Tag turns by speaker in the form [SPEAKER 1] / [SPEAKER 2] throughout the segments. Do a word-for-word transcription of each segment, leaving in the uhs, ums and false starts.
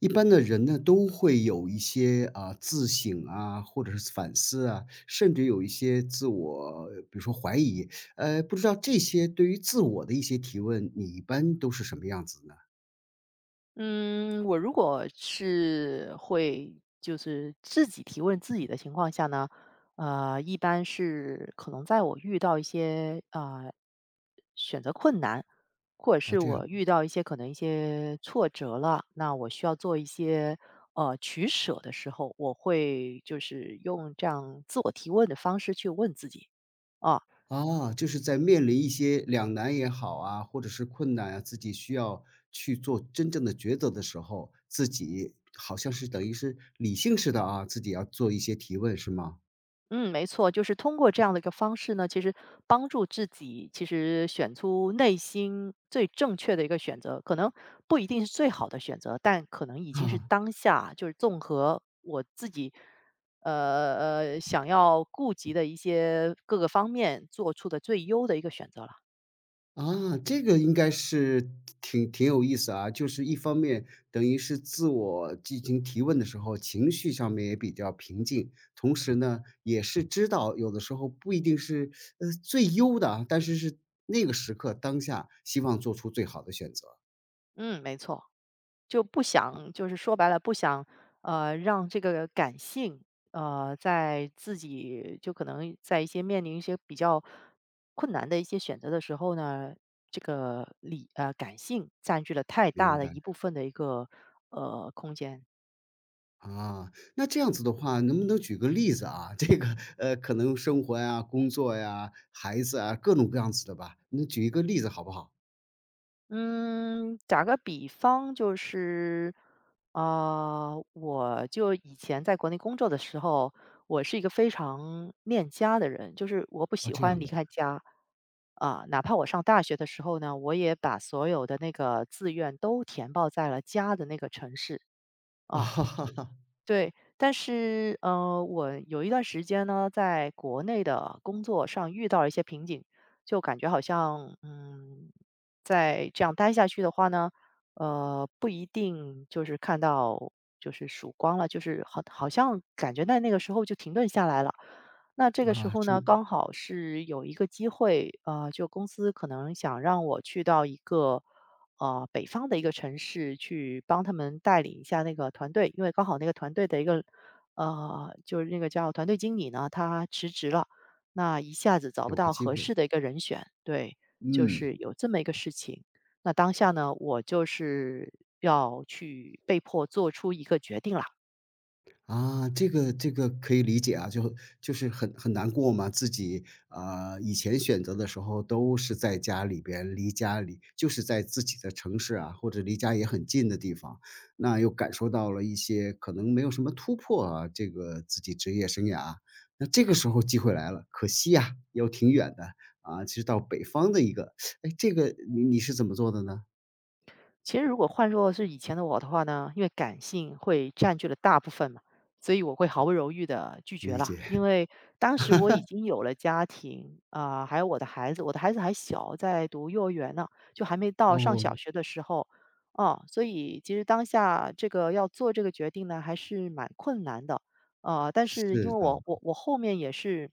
[SPEAKER 1] 一般的人呢，都会有一些啊、自省啊，或者是反思啊，甚至有一些自我，比如说怀疑。呃，不知道这些对于自我的一些提问，你一般都是什么样子呢？
[SPEAKER 2] 嗯，我如果是会就是自己提问自己的情况下呢，呃，一般是可能在我遇到一些呃选择困难，或者
[SPEAKER 1] 哦，
[SPEAKER 2] 是
[SPEAKER 1] 这
[SPEAKER 2] 我
[SPEAKER 1] 样
[SPEAKER 2] 遇到一些可能一些挫折了，那我需要做一些呃取舍的时候，我会就是用这样自我提问的方式去问自己。啊、
[SPEAKER 1] 啊，就是在面临一些两难也好啊，或者是困难啊，自己需要去做真正的抉择的时候，自己好像是等于是理性似的啊，自己要做一些提问，是吗？
[SPEAKER 2] 嗯，没错，就是通过这样的一个方式呢，其实帮助自己其实选出内心最正确的一个选择，可能不一定是最好的选择，但可能已经是 当下，就是综合我自己呃呃，想要顾及的一些各个方面做出的最优的一个选择了。
[SPEAKER 1] 啊，这个应该是挺挺有意思啊，就是一方面等于是自我进行提问的时候，情绪上面也比较平静，同时呢，也是知道有的时候不一定是呃最优的啊，但是是那个时刻当下希望做出最好的选择，
[SPEAKER 2] 嗯，没错。就不想，就是说白了，不想呃，让这个感性呃，在自己就可能在一些面临一些比较困难的一些选择的时候呢，这个理呃，感性占据了太大
[SPEAKER 1] 明
[SPEAKER 2] 的
[SPEAKER 1] 白。
[SPEAKER 2] 一部分的一个呃，空间。
[SPEAKER 1] 啊，那这样子的话，能不能举个例子啊？这个呃，可能生活呀、工作呀、孩子啊，各种各样子的吧，你举一个例子好不好？
[SPEAKER 2] 嗯，打个比方就是，啊，我就以前在国内工作的时候，我是一个非常恋家的人，就是我不
[SPEAKER 1] 啊，
[SPEAKER 2] 喜
[SPEAKER 1] 这
[SPEAKER 2] 欢
[SPEAKER 1] 样
[SPEAKER 2] 离
[SPEAKER 1] 的
[SPEAKER 2] 开家。啊、哪怕我上大学的时候呢，我也把所有的那个志愿都填报在了家的那个城市。啊、对，但是呃，我有一段时间呢，在国内的工作上遇到了一些瓶颈，就感觉好像，嗯，在这样待下去的话呢呃，不一定就是看到就是曙光了，就是好，好像感觉在那个时候就停顿下来了。那这个时
[SPEAKER 1] 啊，
[SPEAKER 2] 候
[SPEAKER 1] 生
[SPEAKER 2] 呢，刚好是有一个机会，呃，就公司可能想让我去到一个。啊，北方的一个城市去帮他们带领一下那个团队，因为刚好那个团队的一个呃，就是那个叫团队经理呢，他辞职了，那一下子找不
[SPEAKER 1] 有个
[SPEAKER 2] 到
[SPEAKER 1] 机
[SPEAKER 2] 合
[SPEAKER 1] 会。
[SPEAKER 2] 适的一个人选，对，就
[SPEAKER 1] 嗯。
[SPEAKER 2] 是有这么一个事情。那当下呢，我就是要去被迫做出一个决定了。
[SPEAKER 1] 啊，这个这个可以理解啊，就就是很很难过嘛，自己，啊，以前选择的时候都是在家里边，离家里就是在自己的城市啊，或者离家也很近的地方，那又感受到了一些可能没有什么突破啊，这个自己职业生涯啊。那这个时候机会来了，可惜呀，又挺远的，啊，其实到北方的一个，哎，这个你你是怎么做的呢？
[SPEAKER 2] 其实如果换作是以前的我的话呢，因为感性会占据了大部分嘛，所以我会毫不犹豫的拒绝
[SPEAKER 1] 理
[SPEAKER 2] 啦。因
[SPEAKER 1] 解。
[SPEAKER 2] 为当时我已经有了家庭啊、还有我的孩子，我的孩子还小，在读幼儿园呢，就还没 到上
[SPEAKER 1] 哦，
[SPEAKER 2] 小学的时候。啊、所以其实当下这个要做这个决定呢，还是蛮困难的。呃，但是因
[SPEAKER 1] 是
[SPEAKER 2] 为我
[SPEAKER 1] 的，
[SPEAKER 2] 我我后面也是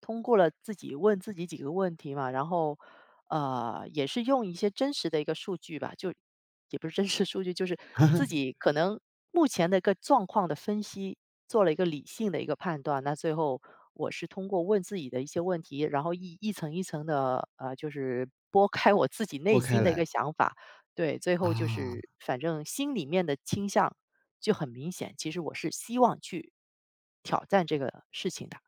[SPEAKER 2] 通过了自己问自己几个问题嘛，然后呃，也是用一些真实的一个数据吧，就也不是真实数据，就是自己 可能目前的一个状况的分析，做了一个理性的一个判断。那最后我是通过问自己的一些问题，然后一一层一层的呃，就是拨开我自己内
[SPEAKER 1] 拨开
[SPEAKER 2] 心的一个
[SPEAKER 1] 来。
[SPEAKER 2] 想法，对，最后就
[SPEAKER 1] 啊，
[SPEAKER 2] 是反正心里面的倾向就很明显，其实我是希望去挑战这个事情的。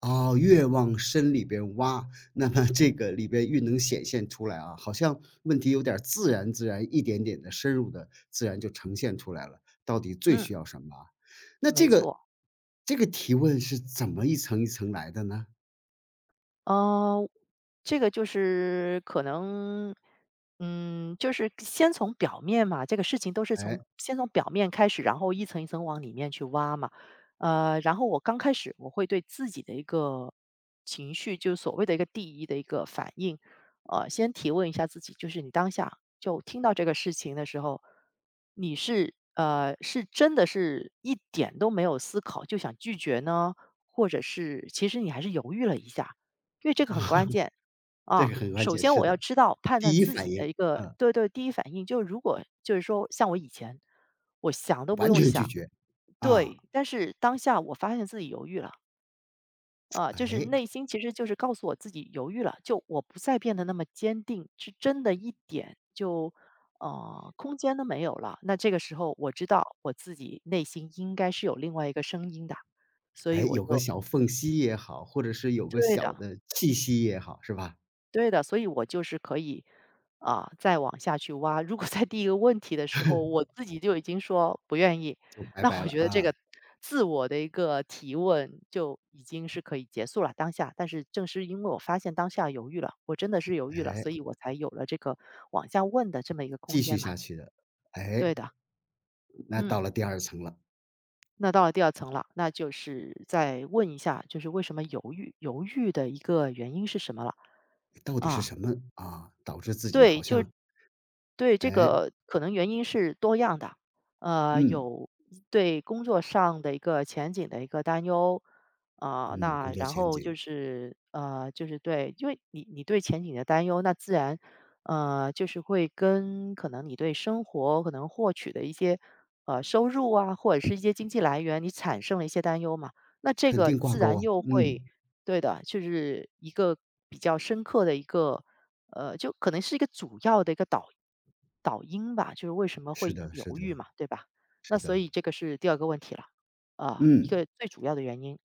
[SPEAKER 1] 哦，越往深里边挖，那么这个里边越能显现出来啊，好像问题有点儿自然自然一点点的深入的，自然就呈现出来了，到底最
[SPEAKER 2] 嗯，
[SPEAKER 1] 需要什么啊，那
[SPEAKER 2] 没
[SPEAKER 1] 这个
[SPEAKER 2] 错。
[SPEAKER 1] 这个提问是怎么一层一层来的呢？
[SPEAKER 2] 呃，这个就是可能，嗯，就是先从表面嘛，这个事情都是从
[SPEAKER 1] 哎，
[SPEAKER 2] 先从表面开始，然后一层一层往里面去挖嘛。呃，然后我刚开始我会对自己的一个情绪，就是所谓的一个第一的一个反应呃，先提问一下自己，就是你当下就听到这个事情的时候，你是呃是真的是一点都没有思考就想拒绝呢，或者是其实你还是犹豫了一下？因为这个很关键。
[SPEAKER 1] 这
[SPEAKER 2] 啊，
[SPEAKER 1] 个很关
[SPEAKER 2] 首
[SPEAKER 1] 键，
[SPEAKER 2] 先
[SPEAKER 1] 是
[SPEAKER 2] 我要
[SPEAKER 1] 的，
[SPEAKER 2] 知道判断
[SPEAKER 1] 第一
[SPEAKER 2] 自
[SPEAKER 1] 反
[SPEAKER 2] 己的
[SPEAKER 1] 应，
[SPEAKER 2] 一个
[SPEAKER 1] 嗯，
[SPEAKER 2] 对对，第一反应就是，如果就是说像我以前，我想都不
[SPEAKER 1] 完
[SPEAKER 2] 用
[SPEAKER 1] 全拒
[SPEAKER 2] 想，
[SPEAKER 1] 绝，啊，
[SPEAKER 2] 对，但是当下我发现自己犹豫了，啊，就是
[SPEAKER 1] 哎，
[SPEAKER 2] 内心其实就是告诉我自己犹豫了，就我不再变得那么坚定，是真的一点就呃，空间都没有了。那这个时候我知道我自己内心应该是有另外一个声音的，所以
[SPEAKER 1] 哎，
[SPEAKER 2] 我
[SPEAKER 1] 有个
[SPEAKER 2] 就
[SPEAKER 1] 小缝隙也好，或者是有个
[SPEAKER 2] 对
[SPEAKER 1] 小
[SPEAKER 2] 的。
[SPEAKER 1] 的气息也好，是吧？
[SPEAKER 2] 对的，所以我就是可以，啊，再往下去挖。如果在第一个问题的时候，我 自己就已经说不愿意，
[SPEAKER 1] 就拜
[SPEAKER 2] 那
[SPEAKER 1] 拜
[SPEAKER 2] 我
[SPEAKER 1] 了
[SPEAKER 2] 觉得这
[SPEAKER 1] 啊，
[SPEAKER 2] 个自我的一个提问就已经是可以结束了当下。但是正是因为我发现当下犹豫了，我真的是犹豫了，
[SPEAKER 1] 哎。
[SPEAKER 2] 所以我才有了这个往下问的这么一个空
[SPEAKER 1] 继续
[SPEAKER 2] 间嘛。
[SPEAKER 1] 下去的。哎，
[SPEAKER 2] 对的，
[SPEAKER 1] 那
[SPEAKER 2] 嗯，
[SPEAKER 1] 到了第二层了，
[SPEAKER 2] 那到了第二层了，那就是再问一下，就是为什么犹豫，犹豫的一个原因是什么了？
[SPEAKER 1] 到底是
[SPEAKER 2] 啊，
[SPEAKER 1] 什么啊，导致自己好
[SPEAKER 2] 对，就
[SPEAKER 1] 像，
[SPEAKER 2] 对，这
[SPEAKER 1] 哎，
[SPEAKER 2] 个可能原因是多样的呃，
[SPEAKER 1] 嗯，
[SPEAKER 2] 有对工作上的一个前景的一个担忧。啊、
[SPEAKER 1] 嗯，工
[SPEAKER 2] 那
[SPEAKER 1] 作
[SPEAKER 2] 然
[SPEAKER 1] 前
[SPEAKER 2] 后就
[SPEAKER 1] 景
[SPEAKER 2] 是呃，就是对，因为你你对前景的担忧，那自然呃，就是会跟可能你对生活可能获取的一些呃收入啊，或者是一些经济来源，你产生了一些担忧嘛，那这
[SPEAKER 1] 肯
[SPEAKER 2] 个
[SPEAKER 1] 定挂
[SPEAKER 2] 自
[SPEAKER 1] 钩
[SPEAKER 2] 然
[SPEAKER 1] 啊，
[SPEAKER 2] 又
[SPEAKER 1] 嗯，
[SPEAKER 2] 会对的，就是一个比较深刻的一个呃，就可能是一个主要的一个导导因吧，就是为什么
[SPEAKER 1] 是
[SPEAKER 2] 会
[SPEAKER 1] 的
[SPEAKER 2] 犹
[SPEAKER 1] 是的
[SPEAKER 2] 豫嘛，对吧？那
[SPEAKER 1] 是
[SPEAKER 2] 所
[SPEAKER 1] 的，
[SPEAKER 2] 以这个是第二个问题了，啊，一
[SPEAKER 1] 嗯，
[SPEAKER 2] 个最主要的原因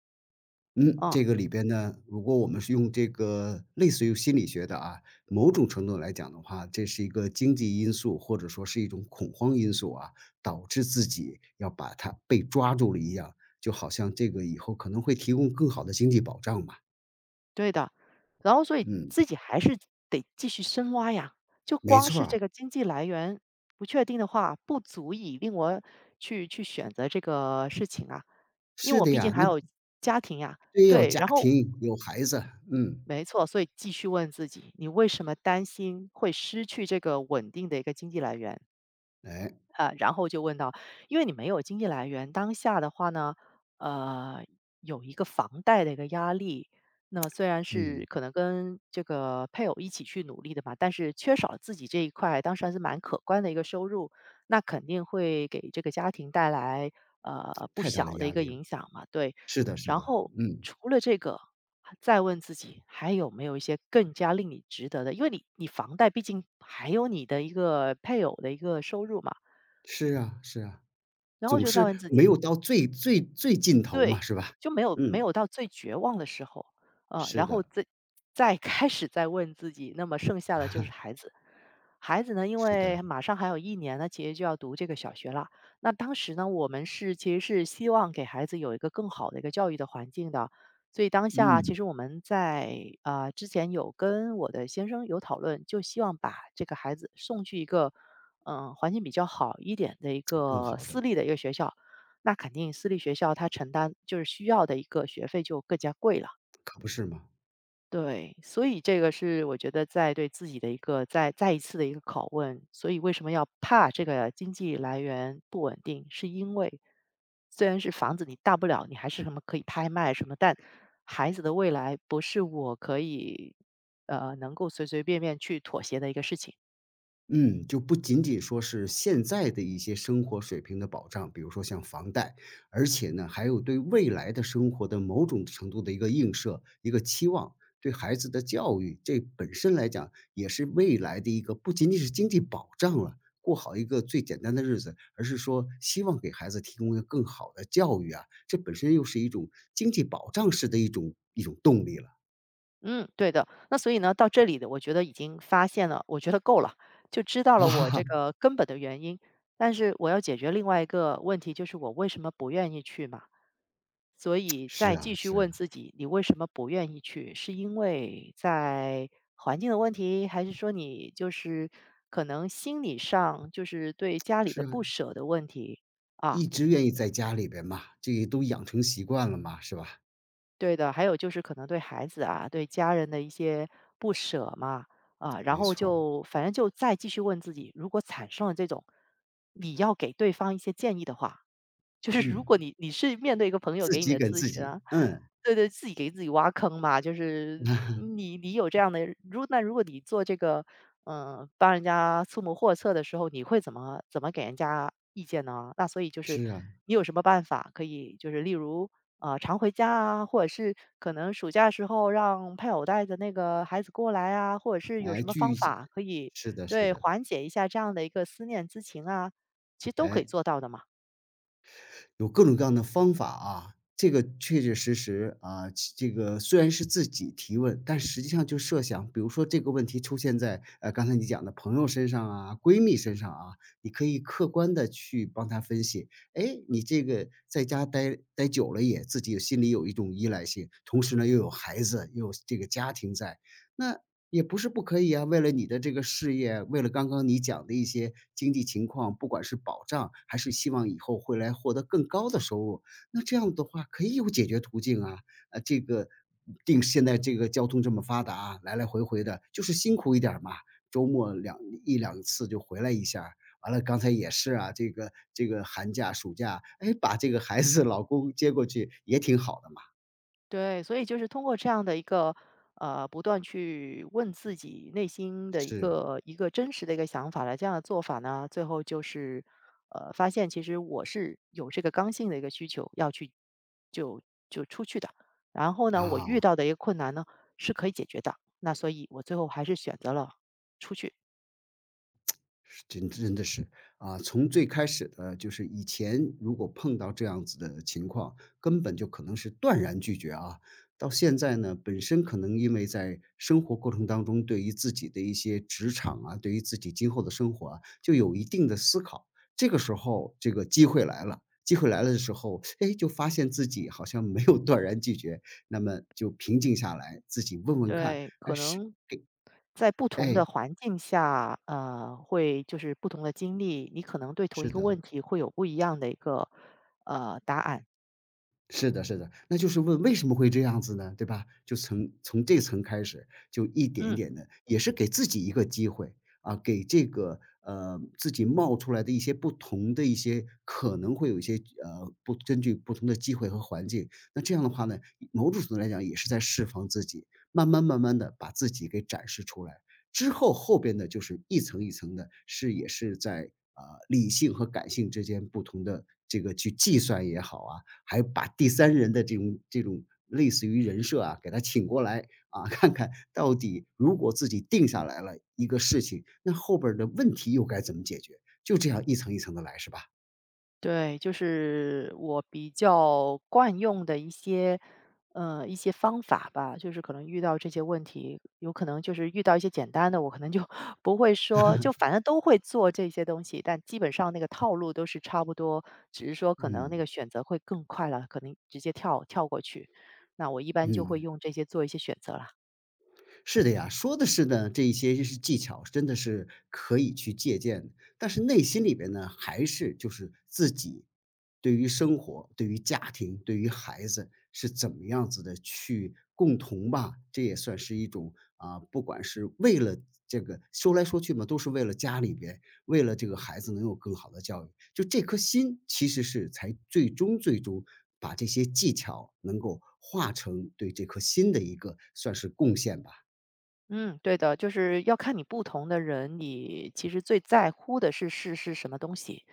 [SPEAKER 1] 嗯，
[SPEAKER 2] 啊，
[SPEAKER 1] 这个里边呢，如果我们是用这个类似于心理学的啊，某种程度来讲的话，这是一个经济因素，或者说是一种恐慌因素啊，导致自己要把它被抓住了一样，就好像这个以后可能会提供更好的经济保障嘛，
[SPEAKER 2] 对的。然后所以
[SPEAKER 1] 嗯。
[SPEAKER 2] 自己还是得继续深挖呀，就
[SPEAKER 1] 没
[SPEAKER 2] 光
[SPEAKER 1] 错
[SPEAKER 2] 是
[SPEAKER 1] 儿，
[SPEAKER 2] 这个经济来源不确定的话，不足以令我去去选择这个事情啊，因为
[SPEAKER 1] 是
[SPEAKER 2] 我
[SPEAKER 1] 的
[SPEAKER 2] 毕竟
[SPEAKER 1] 呀，
[SPEAKER 2] 还
[SPEAKER 1] 那
[SPEAKER 2] 有家庭呀。
[SPEAKER 1] 也有
[SPEAKER 2] 对，
[SPEAKER 1] 家
[SPEAKER 2] 然后
[SPEAKER 1] 庭，有孩子，嗯，
[SPEAKER 2] 没错，所以继续问自己，你为什么担心会失去这个稳定的一个经济来源？
[SPEAKER 1] 哎，
[SPEAKER 2] 呃，然后就问到，因为你没有经济来源，当下的话呢呃，有一个房贷的一个压力。那么虽然是
[SPEAKER 1] 嗯，
[SPEAKER 2] 可能跟这个配偶一起去努力的嘛，但是缺少了自己这一块，当时还是蛮可观的一个收入，那肯定会给这个家庭带来呃不
[SPEAKER 1] 太大
[SPEAKER 2] 小
[SPEAKER 1] 的
[SPEAKER 2] 的一
[SPEAKER 1] 压
[SPEAKER 2] 个
[SPEAKER 1] 力了，
[SPEAKER 2] 影响嘛，对。
[SPEAKER 1] 是的是
[SPEAKER 2] 然
[SPEAKER 1] 的，
[SPEAKER 2] 后
[SPEAKER 1] 嗯，
[SPEAKER 2] 除了这个，再问自己还有没有一些更加令你值得的，因为你你房贷毕竟还有你的一个配偶的一个收入嘛。
[SPEAKER 1] 是啊是啊，
[SPEAKER 2] 然后
[SPEAKER 1] 总
[SPEAKER 2] 就再
[SPEAKER 1] 是
[SPEAKER 2] 问自
[SPEAKER 1] 没
[SPEAKER 2] 己，
[SPEAKER 1] 有到最最最尽头嘛，
[SPEAKER 2] 对，
[SPEAKER 1] 是吧？
[SPEAKER 2] 就没有没
[SPEAKER 1] 嗯，
[SPEAKER 2] 有到最绝望的时候，啊，
[SPEAKER 1] 是
[SPEAKER 2] 然后
[SPEAKER 1] 的，
[SPEAKER 2] 再再开始再问自己，那么剩下的就是孩 子。孩子呢，因
[SPEAKER 1] 是的，
[SPEAKER 2] 为马上还有一年呢，其实就要读这个小学了。那当时呢，我们是其实是希望给孩子有一个更好的一个教育的环境的。所以当下其
[SPEAKER 1] 嗯，
[SPEAKER 2] 实我们在，啊呃之前有跟我的先生有讨论，就希望把这个孩子送去一个嗯呃，环境比较好一点的一
[SPEAKER 1] 更
[SPEAKER 2] 个
[SPEAKER 1] 好的，
[SPEAKER 2] 私立的一个学校。那肯定私立学校他承担就是需要的一个学费就更加贵了。
[SPEAKER 1] 可不是吗？
[SPEAKER 2] 对，所以这个是我觉得在对自己的一个再再一次的一个拷问。所以为什么要怕这个经济来源不稳定？是因为虽然是房子，你大不了你还是什么可以拍卖什么，但孩子的未来不是我可以呃能够随随便便去妥协的一个事情。
[SPEAKER 1] 嗯，就不仅仅说是现在的一些生活水平的保障，比如说像房贷，而且呢，还有对未来的生活的某种程度的一个映射、一个期望，对孩子的教育，这本身来讲也是未来的一个不仅仅是经济保障了，过好一个最简单的日子，而是说希望给孩子提供一个更好的教育啊，这本身又是一种经济保障式的一种一种动力了。
[SPEAKER 2] 嗯，对的。那所以呢，到这里的我觉得已经发现了，我觉得够了，就知道 了我这
[SPEAKER 1] 啊，
[SPEAKER 2] 个根本的原因。但是我要解决另外一个问题，就是我为什么不愿意去嘛？所以
[SPEAKER 1] 是
[SPEAKER 2] 再
[SPEAKER 1] 啊，
[SPEAKER 2] 继续
[SPEAKER 1] 是啊，
[SPEAKER 2] 问自己，你为什么不愿意去？是因为在环境的问题，还是说你就是可能心理上就是对家里的
[SPEAKER 1] 是啊。
[SPEAKER 2] 不舍的问题啊？
[SPEAKER 1] 一直愿意在家里边嘛，这也都养成习惯了嘛，是吧？
[SPEAKER 2] 对的，还有就是可能对孩子啊，对家人的一些不舍嘛，啊，然
[SPEAKER 1] 没
[SPEAKER 2] 后
[SPEAKER 1] 错儿，
[SPEAKER 2] 就反正就再继续问自己，如果产生了这种，你要给对方一些建议的话，就是 如
[SPEAKER 1] 嗯，
[SPEAKER 2] 果你你是面对一个朋友
[SPEAKER 1] 自
[SPEAKER 2] 给你
[SPEAKER 1] 己
[SPEAKER 2] 的
[SPEAKER 1] 跟
[SPEAKER 2] 咨
[SPEAKER 1] 自
[SPEAKER 2] 询
[SPEAKER 1] 己，
[SPEAKER 2] 啊，
[SPEAKER 1] 嗯，
[SPEAKER 2] 对对，自己给自己挖坑嘛，就是 你你有这样的，如那如果你做这个，嗯、帮人家出谋划策的时候，你会怎么怎么给人家意见呢？那所以就是
[SPEAKER 1] 是啊，
[SPEAKER 2] 你有什么办法可以，就是例如。啊，常回家啊，或者是可能暑假时候让配偶带着那个孩子过来啊，或者是有
[SPEAKER 1] 哎，
[SPEAKER 2] 什么
[SPEAKER 1] 聚
[SPEAKER 2] 方
[SPEAKER 1] 一起，
[SPEAKER 2] 法可以
[SPEAKER 1] 是的，是
[SPEAKER 2] 对
[SPEAKER 1] 的，
[SPEAKER 2] 缓解一下这样的一个思念之情啊，其实都可以
[SPEAKER 1] 哎。
[SPEAKER 2] 做到的嘛。
[SPEAKER 1] 有各种各样的方法啊，这个确确实实啊，其这个虽然是自己提问，但实际上就设想，比如说这个问题出现在呃刚才你讲的朋友身上啊、闺蜜身上啊，你可以客观的去帮她分析。哎，你这个在家待待久了也自己有心里有一种依赖性，同时呢又有孩子，又有这个家庭在，那也不是不可以啊，为了你的这个事业，为了刚刚你讲的一些经济情况，不管是保障还是希望以后会来获得更高的收入，那这样的话可以有解决途径啊。呃，这个定现在这个交通这么发达啊，来来回回的，就是辛苦一点儿嘛，周末两，一两次就回来一下儿，完了，刚才也是啊，这个这个寒假、暑假，哎，把这个孩子、老公接过去也挺好的嘛。
[SPEAKER 2] 对，所以就是通过这样的一个，呃，不断去问自己内心的一
[SPEAKER 1] 是，
[SPEAKER 2] 个一个真实的一个想法的这样的做法呢，最后就是，呃，发现其实我是有这个刚性的一个需求要去就就出去的，然后呢，我遇
[SPEAKER 1] 啊。
[SPEAKER 2] 到的一个困难呢是可以解决的，那所以我最后还是选择了出去。
[SPEAKER 1] 是真真的是啊，从最开始的就是以前如果碰到这样子的情况，根本就可能是断然拒绝啊。到现在呢，本身可能因为在生活过程当中，对于自己的一些职场啊，对于自己今后的生活啊，就有一定的思考。这个时候，这个机会来了，机会来了的时候，哎，就发现自己好像没有断然拒绝，那么就平静下来，自己问问看，
[SPEAKER 2] 对，
[SPEAKER 1] 哎，
[SPEAKER 2] 可
[SPEAKER 1] 是，
[SPEAKER 2] 能在不同
[SPEAKER 1] 哎，
[SPEAKER 2] 的环境下，呃，会就是不同的经历，你可能对同一
[SPEAKER 1] 是
[SPEAKER 2] 个
[SPEAKER 1] 的，
[SPEAKER 2] 问题会有不一样的一个呃答案。
[SPEAKER 1] 是的，是的，那就是问为什么会这样子呢？对吧？就从从这层开始，就一点一
[SPEAKER 2] 嗯。
[SPEAKER 1] 点的，也是给自己一个机会啊，给这个呃自己冒出来的一些不同的一些可能会有一些呃不根据不同的机会和环境，那这样的话呢，某种程度来讲也是在释放自己，慢慢慢慢的把自己给展示出来。之后后边的就是一层一层的，是也是在啊、呃理性和感性之间不同的这个去计算也好啊，还把第三人的这种这种类似于人设啊，给他请过来啊，看看到底如果自己定下来了一个事情，那后边儿的问题又该怎么解决？就这样一层一层的来，是吧？
[SPEAKER 2] 对，就是我比较惯用的一些，呃，一些方法吧。就是可能遇到这些问题，有可能就是遇到一些简单的，我可能就 不会说，就反正都会做这些东西，但基本上那个套路都是差不多，只是说可能那个
[SPEAKER 1] 嗯
[SPEAKER 2] 选择会更快了，可能直接跳跳过去。那我一般就会
[SPEAKER 1] 嗯。
[SPEAKER 2] 用这些做一些选择了。
[SPEAKER 1] 是的呀，说的是呢，这一些是技巧，真的是可以去借鉴的。但是内心里边呢，还是就是自己对于生活、对于家庭、对于孩子是怎么样子的去共同吧，这也算是一种啊，不管是为了这个说来说去嘛，都是为了家里边，为了这个孩子能有更好的教育，就这颗心其实是才最终最终把这些技巧能够化成对这颗心的一个算是贡献吧。
[SPEAKER 2] 嗯，对的，就是要看你不同的人，你其实最在乎的是是是什么东西。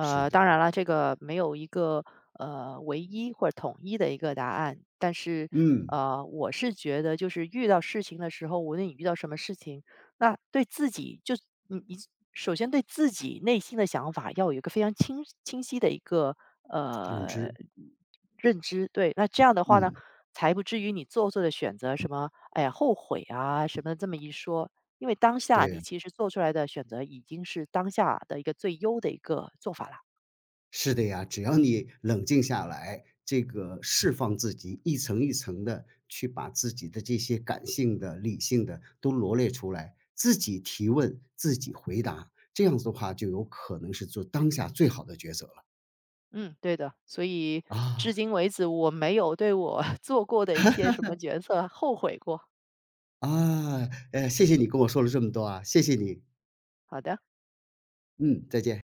[SPEAKER 1] 是
[SPEAKER 2] 当
[SPEAKER 1] 的，
[SPEAKER 2] 然了，这个没有一个呃唯一或者统一的一个答案，但是
[SPEAKER 1] 嗯，
[SPEAKER 2] 呃，我是觉得就是遇到事情的时候，无论你遇到什么事情，那对自己就你你首先对自己内心的想法要有一个非常清清晰的一个
[SPEAKER 1] 认
[SPEAKER 2] 呃
[SPEAKER 1] 知，
[SPEAKER 2] 认知，对，那这样的话呢，
[SPEAKER 1] 嗯，
[SPEAKER 2] 才不至于你做错的选择什么，哎呀，后悔啊什么这么一说，因为当下
[SPEAKER 1] 对
[SPEAKER 2] 你
[SPEAKER 1] 呀，
[SPEAKER 2] 其实做出来的选择已经是当下的一个最优的一个做法了。
[SPEAKER 1] 是的呀，只要你冷静下来，这个释放自己，一层一层的去把自己的这些感性的、理性的都罗列出来，自己提问，自己回答，这样子的话就有可能是做当下最好的抉择了。
[SPEAKER 2] 嗯，对的。所以至
[SPEAKER 1] 啊，
[SPEAKER 2] 今为止，我没有对我 做过的一些什么决策后悔过。
[SPEAKER 1] 啊，呃，谢谢你跟我说了这么多啊，谢谢你，
[SPEAKER 2] 好的。
[SPEAKER 1] 嗯，再见。